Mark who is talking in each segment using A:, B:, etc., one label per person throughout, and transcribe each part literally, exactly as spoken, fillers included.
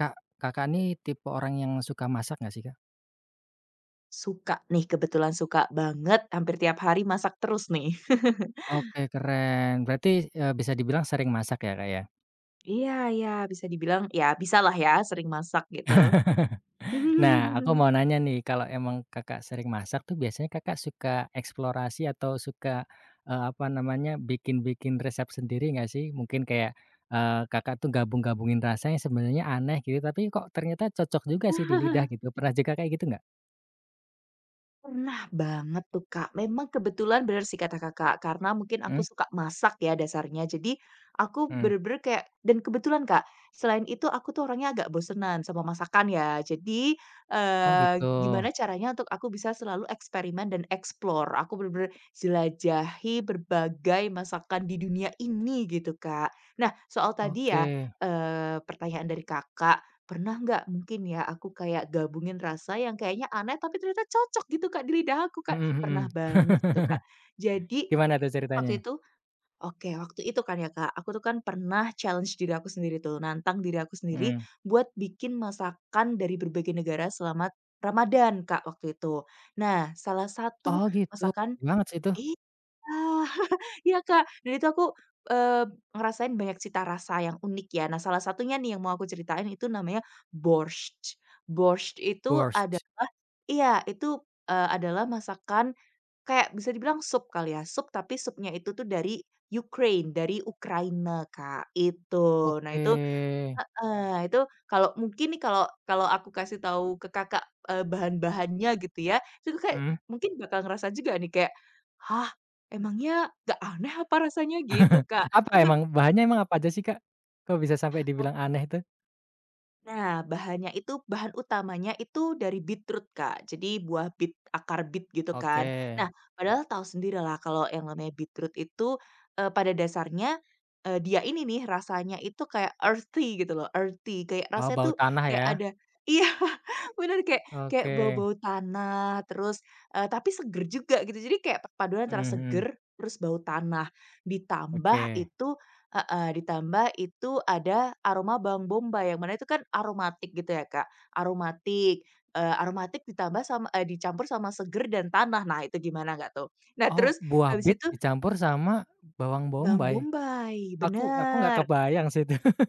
A: Kak, Kakak nih tipe orang yang suka masak nggak sih, Kak?
B: Suka nih, kebetulan suka banget, hampir tiap hari masak terus nih.
A: Oke keren, berarti, eee, bisa dibilang sering masak ya, Kak, ya?
B: Iya iya, bisa dibilang ya bisalah ya, sering masak gitu.
A: Nah aku mau nanya nih kalau emang Kakak sering masak tuh biasanya Kakak suka eksplorasi atau suka, eee, apa namanya, bikin-bikin resep sendiri nggak sih? Mungkin kayak, eee, Kakak tuh gabung-gabungin rasa yang sebenarnya aneh gitu tapi kok ternyata cocok juga sih di lidah gitu, pernah juga kayak gitu nggak?
B: Pernah banget tuh, Kak. Memang kebetulan bener sih kata Kakak, karena mungkin
A: Mhm,
B: aku suka masak ya dasarnya. Jadi aku
A: mhm.
B: bener-bener kayak dan kebetulan, Kak, selain itu aku tuh orangnya agak bosenan sama masakan ya. Jadi,
A: Oh
B: eee,
A: gitu,
B: gimana caranya untuk aku bisa selalu eksperimen dan explore. Aku bener-bener jelajahi berbagai masakan di dunia ini gitu, Kak. Nah, soal tadi
A: oke,
B: ya, eee, pertanyaan dari Kakak, pernah nggak mungkin ya aku kayak gabungin rasa yang kayaknya aneh tapi ternyata cocok gitu Kak, di lidah aku Kak.
A: mhm,
B: Pernah
A: mhm,
B: banget gitu Kak. Jadi
A: gimana tuh
B: waktu
A: ceritanya?
B: itu oke, waktu itu kan ya Kak, aku tuh kan pernah challenge diri aku sendiri tuh, nantang diri aku sendiri
A: Mhm.
B: buat bikin masakan dari berbagai negara selama Ramadan Kak, waktu itu. Nah, salah
A: Oh
B: satu
A: gitu,
B: masakan
A: banget sih itu.
B: ah, iya, Kak. Dan itu aku, eee, ngerasain banyak cita rasa yang unik ya. Nah, salah satunya nih yang mau aku ceritain itu namanya borscht. Borscht itu
A: Borscht.
B: adalah iya, itu, eee, adalah masakan kayak bisa dibilang sup kali ya, sup tapi supnya itu tuh dari Ukraine, dari Ukraina, Kak, itu. Nah,
A: Oke,
B: itu heeh, itu kalau mungkin nih kalau kalau aku kasih tahu ke Kakak, eee, bahan-bahannya gitu ya, itu kayak
A: mhm,
B: mungkin bakal ngerasa juga nih kayak, "Hah, emangnya gak aneh apa rasanya?" Gitu, Kak.
A: apa emang bahannya emang apa aja sih, Kak? Kok bisa sampai dibilang aneh itu?
B: Nah, bahannya itu bahan utamanya itu dari beetroot, Kak. Jadi buah beet, akar beet gitu kan.
A: Oke,
B: Nah, padahal tahu sendirilah kalau yang namanya beetroot itu, eee, pada dasarnya, eee, dia ini nih rasanya itu kayak earthy gitu loh, earthy. Kayak
A: oh
B: rasanya
A: bau
B: tuh
A: tanah
B: kayak
A: ya?
B: ada iya, bener kayak kayak
A: Oke,
B: bau-bau tanah, terus, eee, tapi seger juga gitu. Jadi kayak perpaduan antara
A: mhm, mhm,
B: seger, terus bau tanah, ditambah
A: oke.
B: itu heeh, ditambah itu ada aroma bawang bombay, yang mana itu kan aromatik gitu ya, Kak, aromatik, eee, aromatik ditambah sama eee, dicampur sama seger dan tanah. Nah, itu gimana nggak tuh? Nah,
A: Oh,
B: terus
A: buah
B: habis
A: bit
B: itu
A: dicampur sama bawang
B: bawang
A: bombay?
B: bombay,
A: Aku aku nggak
B: bener.
A: kebayang sih itu.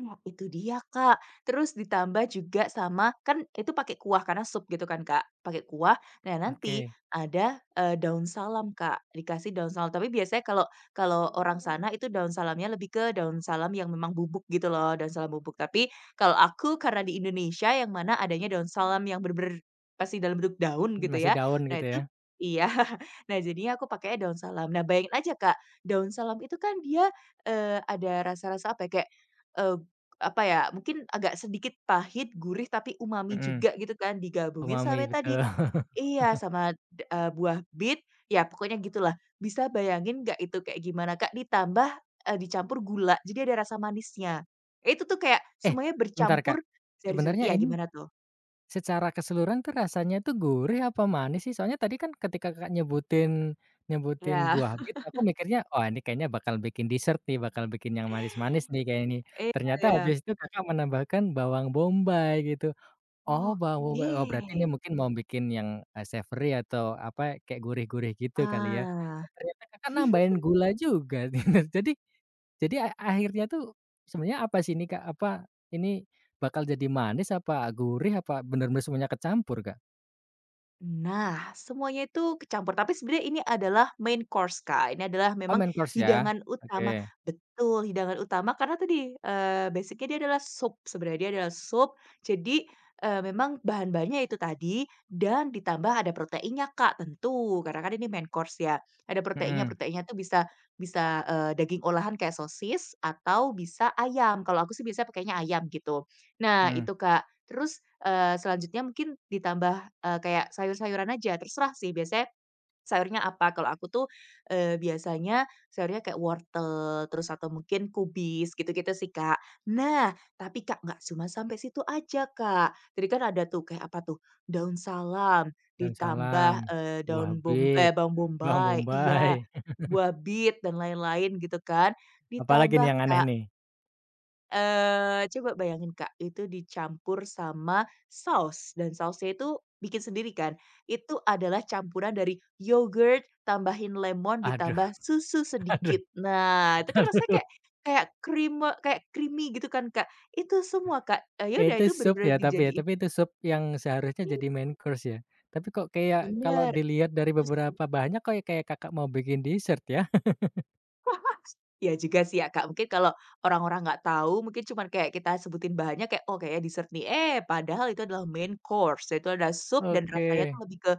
B: Nah, itu dia, Kak. Terus ditambah juga sama kan itu pakai kuah karena sup gitu kan, Kak, pakai kuah. Nah, nanti
A: Oke,
B: ada, eee, daun salam, Kak, dikasih daun salam. Tapi biasanya kalau kalau orang Mmm. sana itu daun salamnya lebih ke daun salam yang memang bubuk gitu loh, daun salam bubuk. Tapi kalau aku karena di Indonesia yang mana adanya daun salam yang bener pasti dalam bentuk daun gitu
A: masih
B: ya.
A: daun
B: Nah,
A: gitu ya?
B: itu iya. Nah, jadinya aku pakai daun salam. Nah, bayangin aja, Kak, daun salam itu kan dia, eee, ada rasa-rasa apa ya, kayak, eee apa ya, mungkin agak sedikit pahit, gurih, tapi umami
A: Mhm,
B: juga gitu kan, digabungin
A: umami
B: sama tadi
A: betul.
B: iya, sama d eee, buah bit, ya pokoknya gitulah. Bisa bayangin nggak itu kayak gimana, Kak? Ditambah, eee, dicampur gula, jadi ada rasa manisnya. Itu tuh kayak
A: Eh,
B: semuanya
A: bentar, Kak,
B: bercampur dari situ
A: sebenarnya
B: iya,
A: ini
B: gimana tuh?
A: secara keseluruhan tuh rasanya tuh gurih apa manis sih? Soalnya tadi kan ketika Kakak nyebutin nyebutin
B: Ya,
A: buah bit, aku mikirnya, oh ini kayaknya bakal bikin dessert nih, bakal bikin yang manis-manis nih kayaknya nih.
B: iya
A: Ternyata
B: iya.
A: habis itu Kakak menambahkan bawang bombay gitu. Oh, bau Mhm.
B: Oke.
A: be oh, berarti ini mungkin mau bikin yang, eee, savoury atau apa, kayak gurih-gurih gitu kali ya?
B: Ah.
A: Eh, ternyata Kakak nambahin gula juga. Jadi jadi a akhirnya tuh sebenarnya apa sih ini, Kak? Apa ini bakal jadi manis, apa gurih, apa bener-bener semuanya kecampur, Kak?
B: Nah, semuanya itu kecampur, tapi sebenarnya ini adalah main course, Kak. Ini adalah
A: Oh,
B: memang
A: main course ya?
B: hidangan utama
A: Oke.
B: betul, hidangan utama karena tadi, eee, basic dia adalah sup, sebenarnya dia adalah sup. Jadi, eee, memang bahan-bahannya itu tadi dan ditambah ada proteinnya, Kak, tentu, karena kan ini main course ya. Ada proteinnya,
A: Mhm,
B: proteinnya tuh bisa bisa, eee, daging olahan kayak sosis atau bisa ayam. Kalau aku sih biasanya pakainya ayam gitu. Nah,
A: mhm.
B: itu, Kak. Terus, eee, selanjutnya mungkin ditambah Eee, kayak sayur-sayuran aja, terserah sih biasanya sayurnya apa. Kalau aku tuh, eee, biasanya sayurnya kayak wortel, terus atau mungkin kubis, gitu-gitu sih, Kak. Nah, tapi Kak, nggak cuma sampai situ aja, Kak. Jadi kan ada tuh kayak apa tuh, daun salam,
A: Daun
B: ditambah,
A: salam,
B: eee,
A: buah
B: daun bom
A: bit,
B: eh, bawang
A: bawang
B: bombay iya,
A: bombay,
B: buah bit dan lain-lain gitu kan.
A: apalagi nih
B: Ditambah
A: yang aneh
B: Kak
A: nih?
B: eh coba bayangin Kak, itu dicampur sama saus dan sausnya itu bikin sendiri kan. Itu adalah campuran dari yogurt, tambahin lemon,
A: Aduh,
B: ditambah susu
A: aduh,
B: sedikit. Nah, itu kan rasanya
A: aduh.
B: kayak kayak krim kayak creamy gitu kan Kak. Itu semua Kak, eee, ya
A: Ya
B: udah
A: itu
B: itu
A: sup
B: bener-bener
A: ya tapi ya,
B: dijadiin
A: tapi itu sup yang seharusnya
B: iya,
A: jadi main course ya. Tapi kok kayak kalau
B: bener.
A: dilihat dari
B: Itu
A: beberapa bahannya kok kayak Kakak mau bikin dessert ya.
B: iya juga sih ya, Kak. Mungkin kalau orang-orang nggak tahu, mungkin cuman kayak kita sebutin bahannya kayak, "Oh, kayaknya dessert nih." Eh, padahal itu adalah main course, itu ada sup dan
A: Oke,
B: rasanya tuh lebih ke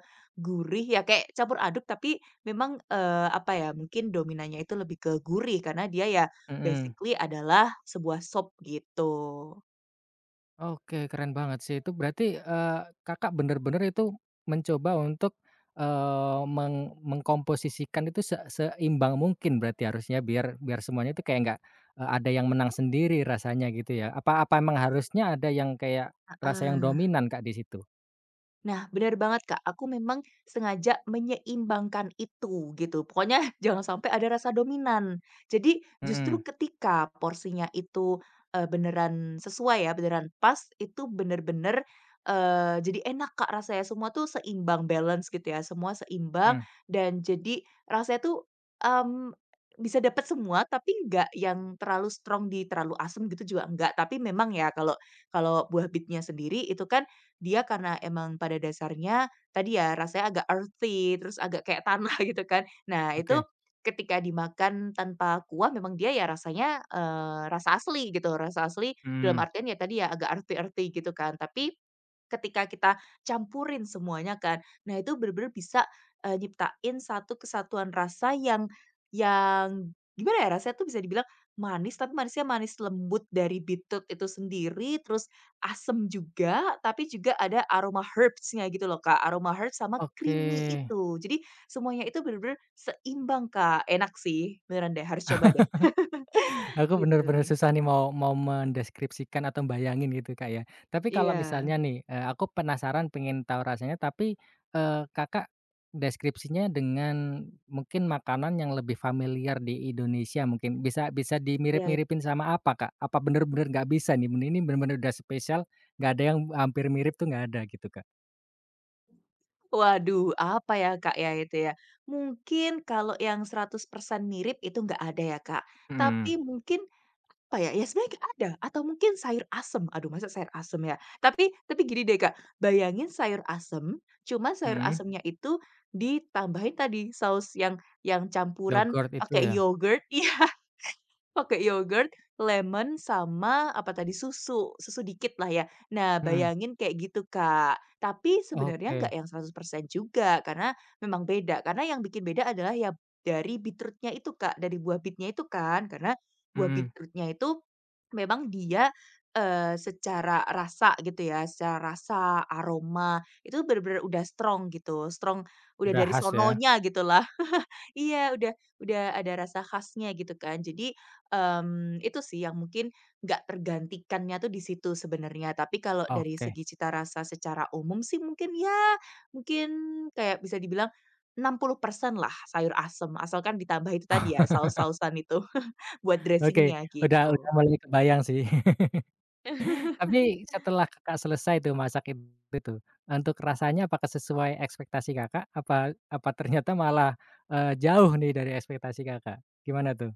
B: gurih ya, kayak campur aduk tapi memang, eee, apa ya, mungkin dominannya itu lebih ke gurih karena dia ya
A: mhm.
B: basically adalah sebuah sup gitu.
A: Oke keren banget sih itu berarti, eee, Kakak bener-bener itu mencoba untuk, eee, meng mengkomposisikan itu se seimbang mungkin berarti harusnya biar biar semuanya itu kayak nggak, eee, ada yang menang sendiri rasanya gitu ya. Apa apa emang harusnya ada yang kayak rasa yang
B: Heeh.
A: dominan Kak di situ?
B: Nah, benar banget, Kak, aku memang sengaja menyeimbangkan itu, gitu. Pokoknya jangan sampai ada rasa dominan. Jadi, justru
A: Mhm,
B: ketika porsinya itu, eee, beneran sesuai ya, beneran pas, itu bener-bener, eee, jadi enak, Kak, rasanya. Semua tuh seimbang, balance gitu ya, semua seimbang
A: mmm,
B: dan jadi rasanya tuh, mmm, bisa dapat semua, tapi nggak yang terlalu strong di terlalu asem gitu juga enggak. Tapi memang ya, kalau kalau buah bitnya sendiri itu kan dia karena emang pada dasarnya tadi ya rasanya agak earthy, terus agak kayak tanah gitu kan. Nah itu
A: oke.
B: ketika dimakan tanpa kuah memang dia ya rasanya, eee, rasa asli gitu, rasa asli dalam
A: Mmm.
B: artian ya tadi ya agak earthy-earthy gitu kan. Tapi ketika kita campurin semuanya kan, nah itu bener-bener bisa, eee, nyiptain satu kesatuan rasa yang yang gimana ya, rasanya tuh bisa dibilang manis, tapi manisnya manis lembut dari bitut itu sendiri, terus asem juga, tapi juga ada aroma herbs-nya gitu loh, Kak. Aroma herbs sama
A: Oke,
B: creamy itu. Jadi semuanya itu bener-bener seimbang, Kak. Enak sih, beneran deh, harus coba deh,
A: aku bener-bener
B: gitu.
A: susah nih mau mau mendeskripsikan atau bayangin gitu, Kak, ya. Tapi kalau
B: Iya,
A: misalnya nih, eee, aku penasaran pengen tahu rasanya tapi, eee, Kakak deskripsinya dengan mungkin makanan yang lebih familiar di Indonesia mungkin bisa bisa
B: iya. Iya.
A: dimirip-miripin sama apa, Kak? Apa bener-bener nggak bisa nih, ben ini bener-bener udah spesial nggak ada yang hampir mirip tuh nggak ada gitu, Kak?
B: Waduh, apa ya, Kak, ya itu ya? Mungkin kalau yang seratus persen mirip itu nggak ada ya, Kak.
A: Mhm,
B: Tapi mungkin apa ya, ya sebenarnya nggak ada, atau mungkin sayur asem, aduh masa sayur asem ya? Tapi tapi gini deh Kak, bayangin sayur asem, cuma sayur
A: mhm.
B: asemnya itu ditambahin tadi saus yang yang campuran
A: Yogurt itu
B: pakai
A: ya?
B: yogurt iya. Pakai yogurt, lemon, sama apa tadi, susu, susu dikit lah ya. Nah,
A: Mhm.
B: bayangin kayak gitu, Kak. Tapi sebenarnya nggak
A: Oke.
B: yang seratus persen juga, karena memang beda. Karena yang bikin beda adalah ya dari beetrootnya itu, Kak, dari buah beet itu kan. Karena buah
A: Mhm.
B: beetrootnya itu memang dia, eee, secara rasa gitu ya, secara rasa, aroma, itu bener-bener udah strong gitu, strong udah
A: Udah
B: dari
A: khas ya?
B: sononya gitulah. Iya, udah udah ada rasa khasnya gitu kan. Jadi, mmm, itu sih yang mungkin nggak tergantikannya tuh di situ sebenarnya. Tapi kalau dari
A: Oke.
B: segi cita rasa secara umum sih mungkin ya, mungkin kayak bisa dibilang enam puluh persen lah sayur asem, asalkan ditambah itu tadi ya, saus-sausan itu buat
A: Oke,
B: dressingnya
A: udah udah
B: gitu.
A: mulai kebayang sih. Tapi setelah Kakak selesai tuh masak itu tuh, untuk rasanya apakah sesuai ekspektasi Kakak? Apa apa ternyata malah, eee, jauh nih dari ekspektasi Kakak? Gimana tuh?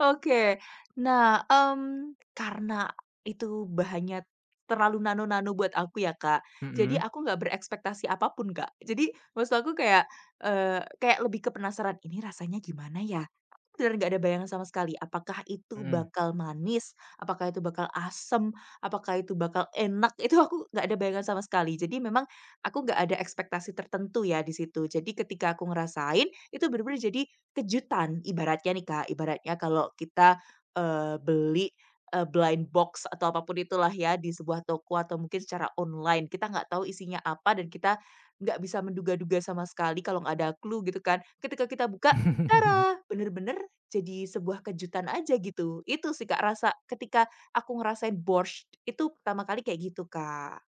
B: Oke. Nah, mmm, karena itu bahannya terlalu nano-nano buat aku ya, Kak, jadi
A: Mhm,
B: aku nggak berekspektasi apapun, Kak. Jadi maksud aku kayak, eee, kayak lebih ke penasaran, "Ini rasanya gimana ya?" Aku benar-benar nggak ada bayangan sama sekali. Apakah itu
A: mhm.
B: bakal manis? Apakah itu bakal asem? Apakah itu bakal enak? Itu aku nggak ada bayangan sama sekali. Jadi memang aku nggak ada ekspektasi tertentu ya di situ. Jadi ketika aku ngerasain, itu benar-benar jadi kejutan ibaratnya nih, Kak, ibaratnya kalau kita, eee, beli, eee, blind box atau apapun itulah ya di sebuah toko atau mungkin secara online, kita nggak tahu isinya apa dan kita nggak bisa menduga-duga sama sekali kalau nggak ada clue gitu kan. Ketika kita buka, tara! Bener-bener jadi sebuah kejutan aja gitu. Itu sih, Kak, rasa ketika aku ngerasain borscht itu pertama kali kayak gitu, Kak.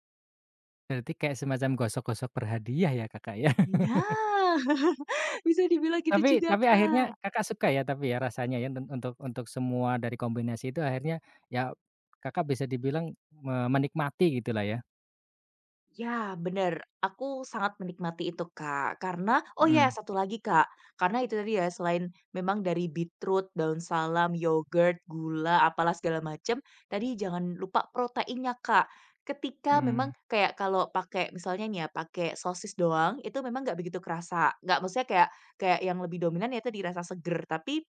A: Berarti kayak semacam gosok-gosok berhadiah ya Kakak ya?
B: Nah, bisa dibilang gitu
A: Tapi
B: juga,
A: tapi akhirnya
B: Kak.
A: Kakak suka ya tapi ya rasanya ya un untuk untuk semua dari kombinasi itu akhirnya ya Kakak bisa dibilang me menikmati gitulah ya?
B: Ya, bener. Aku sangat menikmati itu, Kak. Karena oh ya,
A: Mhm,
B: satu lagi, Kak. Karena itu tadi ya, selain memang dari beetroot, daun salam, yogurt, gula, apalah segala macem, tadi jangan lupa proteinnya, Kak. Ketika memang
A: mhm.
B: kayak kalau pakai misalnya nih ya, pakai sosis doang, itu memang nggak begitu kerasa. Nggak maksudnya kayak kayak yang lebih dominan ya tadi rasa seger. Tapi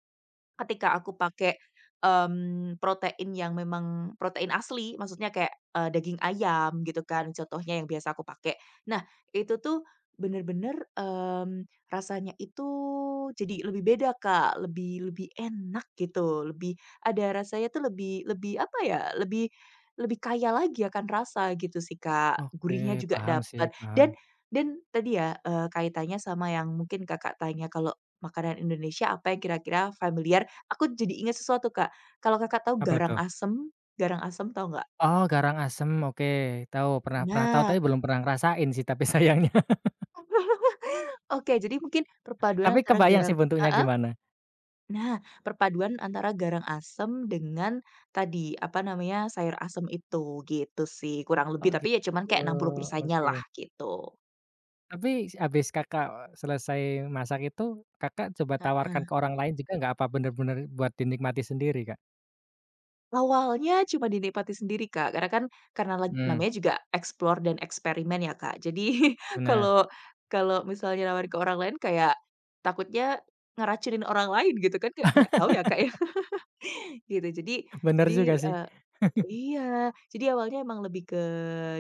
B: ketika aku pakai, mmm, protein yang memang protein asli, maksudnya kayak, eee, daging ayam gitu kan, contohnya yang biasa aku pakai. Nah, itu tuh bener-bener, mmm, rasanya itu jadi lebih beda, Kak, lebih lebih enak gitu, lebih ada rasanya tuh lebih lebih apa ya, lebih lebih kaya lagi akan rasa gitu sih, Kak.
A: Oke,
B: Gurihnya juga
A: paham sih,
B: dapat
A: paham.
B: dan dan tadi ya, eee, kaitannya sama yang mungkin Kakak tanya kalau makanan Indonesia apa yang kira-kira familiar. Aku jadi ingat sesuatu, Kak. Kalau Kakak tahu
A: Apa
B: garang
A: tuh?
B: asem garang asem tahu nggak?
A: Oh, garang asem, oke. Tahu, pernah pernah tahu
B: Nah,
A: tapi belum pernah ngerasain sih tapi sayangnya.
B: oke, jadi mungkin perpaduan
A: Tapi
B: antara
A: kebayang sih
B: garang
A: bentuknya
B: heeh,
A: gimana.
B: nah, perpaduan antara garang asem dengan tadi, apa namanya, sayur asem itu, gitu sih, kurang lebih.
A: Oh,
B: Tapi
A: gitu,
B: ya cuman kayak enam puluh persennya lah,
A: oke.
B: gitu.
A: Tapi habis Kakak eh, selesai masak itu, Kakak coba tawarkan ke orang lain juga nggak? Apa bener-bener buat dinikmati sendiri, Kak?
B: Awalnya cuma dinikmati sendiri, Kak, karena kan karena lag
A: Mmm,
B: namanya juga explore dan eksperimen ya, Kak. Jadi
A: benar
B: kalau kalau misalnya nawarin ke orang lain kayak takutnya ngeracunin orang lain gitu kan, kayak nggak tahu ya, Kak, ya, gitu. Jadi
A: Bener
B: jadi,
A: juga sih.
B: eee iya, jadi awalnya emang lebih ke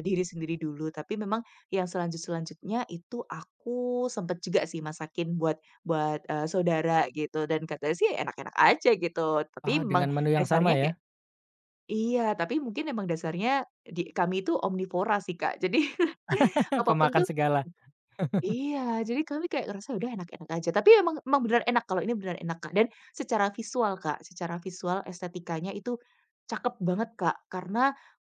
B: diri sendiri dulu, tapi memang yang selanjut-selanjutnya itu aku sempet juga sih masakin buat buat, eee, saudara gitu dan katanya sih enak-enak aja gitu, tapi
A: Oh,
B: memang
A: dengan menu yang sama
B: dasarnya kayak
A: ya.
B: iya, tapi mungkin emang dasarnya di kami itu omnivora sih, Kak. Jadi apapun
A: Pemakan
B: tuh
A: segala.
B: iya, jadi kami kayak ngerasa udah enak-enak aja. Tapi emang emang benar enak, kalau ini benar-benar enak, Kak. Dan secara visual, Kak, secara visual estetikanya itu cakep banget, Kak. Karena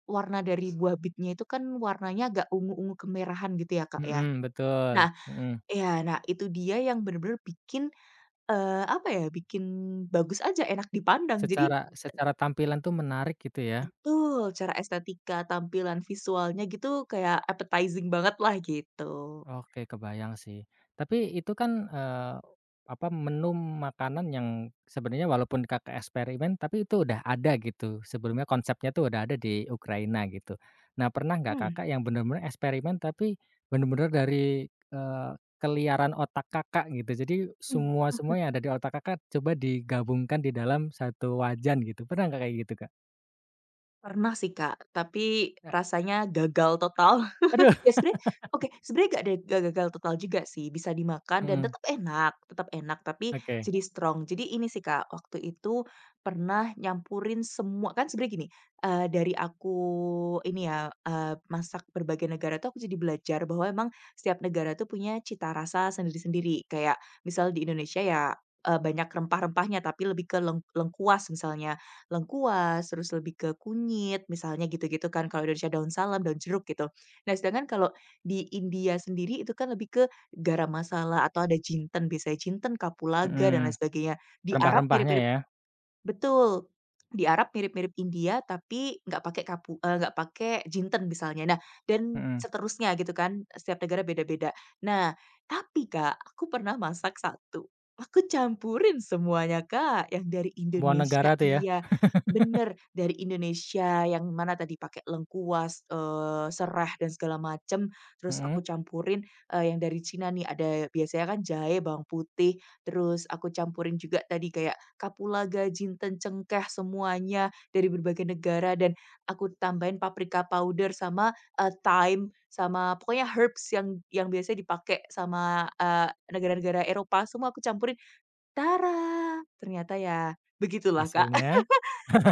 B: warna dari buah bitnya itu kan warnanya agak ungu-ungu kemerahan gitu ya, Kak, ya.
A: Mhm, betul,
B: Nah
A: mhm.
B: ya, nah itu dia yang bener-bener bikin, eee, apa ya, bikin bagus aja, enak dipandang. Jadi
A: Secara secara tampilan tuh menarik gitu ya.
B: betul, cara estetika, tampilan visualnya gitu kayak appetizing banget lah gitu.
A: Oke, kebayang sih. Tapi itu kan, eee, apa, menu makanan yang sebenarnya walaupun Kakak eksperimen, tapi itu udah ada gitu, sebelumnya konsepnya tuh udah ada di Ukraina gitu. Nah, pernah nggak
B: Mhm.
A: Kakak yang benar-benar eksperimen, tapi benar-benar dari, eee, keliaran otak Kakak gitu, jadi
B: Mmm,
A: semua-semua yang ada di otak Kakak coba digabungkan di dalam satu wajan gitu, pernah nggak kayak gitu, Kak?
B: pernah sih Kak, tapi
A: Eee,
B: rasanya gagal total.
A: aduh.
B: Ya sebenarnya oke, sebenarnya nggak de nggak gagal total juga sih, bisa dimakan dan
A: Mhm,
B: tetap enak tetap enak, tapi
A: oke,
B: jadi strong. Jadi ini sih Kak, waktu itu pernah nyampurin semua kan sebenarnya gini, eee, dari aku ini ya, eee, masak berbagai negara tuh aku jadi belajar bahwa emang setiap negara tuh punya cita rasa sendiri-sendiri. Kayak misal di Indonesia ya, eee, banyak rempah-rempahnya, tapi lebih ke leng lengkuas misalnya, lengkuas, terus lebih ke kunyit misalnya gitu-gitu kan, kalau Indonesia daun salam, daun jeruk gitu. Nah, sedangkan kalau di India sendiri itu kan lebih ke garam masala atau ada jinten, biasanya jinten, kapulaga dan
A: mhm,
B: lain sebagainya. Di Arab
A: rempah-rempahnya
B: mirip-mirip
A: ya,
B: betul. Di Arab mirip-mirip India tapi nggak pakai kapu eee, nggak pakai jinten misalnya. Nah, dan
A: mhm,
B: seterusnya gitu kan, setiap negara beda-beda. Nah, tapi Kak, aku pernah masak satu, aku campurin semuanya Kak, yang dari
A: semua
B: Indonesia
A: negara tuh ya?
B: iya, bener, dari Indonesia yang mana tadi pakai lengkuas, eee, sereh dan segala macem, terus
A: Mhm.
B: aku campurin, eee, yang dari Cina nih ada biasanya kan jahe, bawang putih, terus aku campurin juga tadi kayak kapulaga, jinten, cengkeh semuanya dari berbagai negara dan aku tambahin paprika powder sama, eee, thyme, sama pokoknya herbs yang yang biasanya dipakai sama, eee, negara-negara Eropa semua aku campurin, tara! Ternyata ya begitulah, Kak.
A: Hasilnya?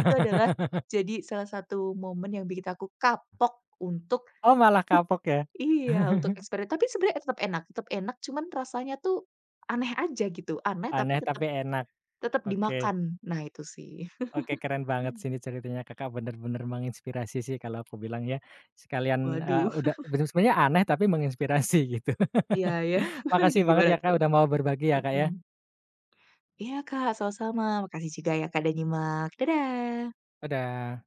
B: Itu adalah jadi salah satu momen yang bikin aku kapok untuk
A: Oh, malah kapok ya?
B: iya, untuk eksperimen tapi sebenarnya tetap enak tetap enak, cuman rasanya tuh aneh aja gitu, aneh tapi
A: Aneh
B: tetap
A: tapi enak.
B: tetap
A: Oke,
B: dimakan. Nah itu sih.
A: oke keren banget sini ceritanya Kakak bener-bener menginspirasi sih kalau aku bilang ya. Sekalian, eee,
B: Waduh,
A: udah sebenarnya aneh tapi menginspirasi gitu.
B: iya iya.
A: Makasih
B: Aduh
A: banget
B: gimana
A: ya Kak
B: tuh?
A: udah mau berbagi ya Kak
B: Mhm.
A: ya.
B: Iya Kak, sama-sama. Makasih juga ya Kak udah nyimak. Dadah.
A: Dadah.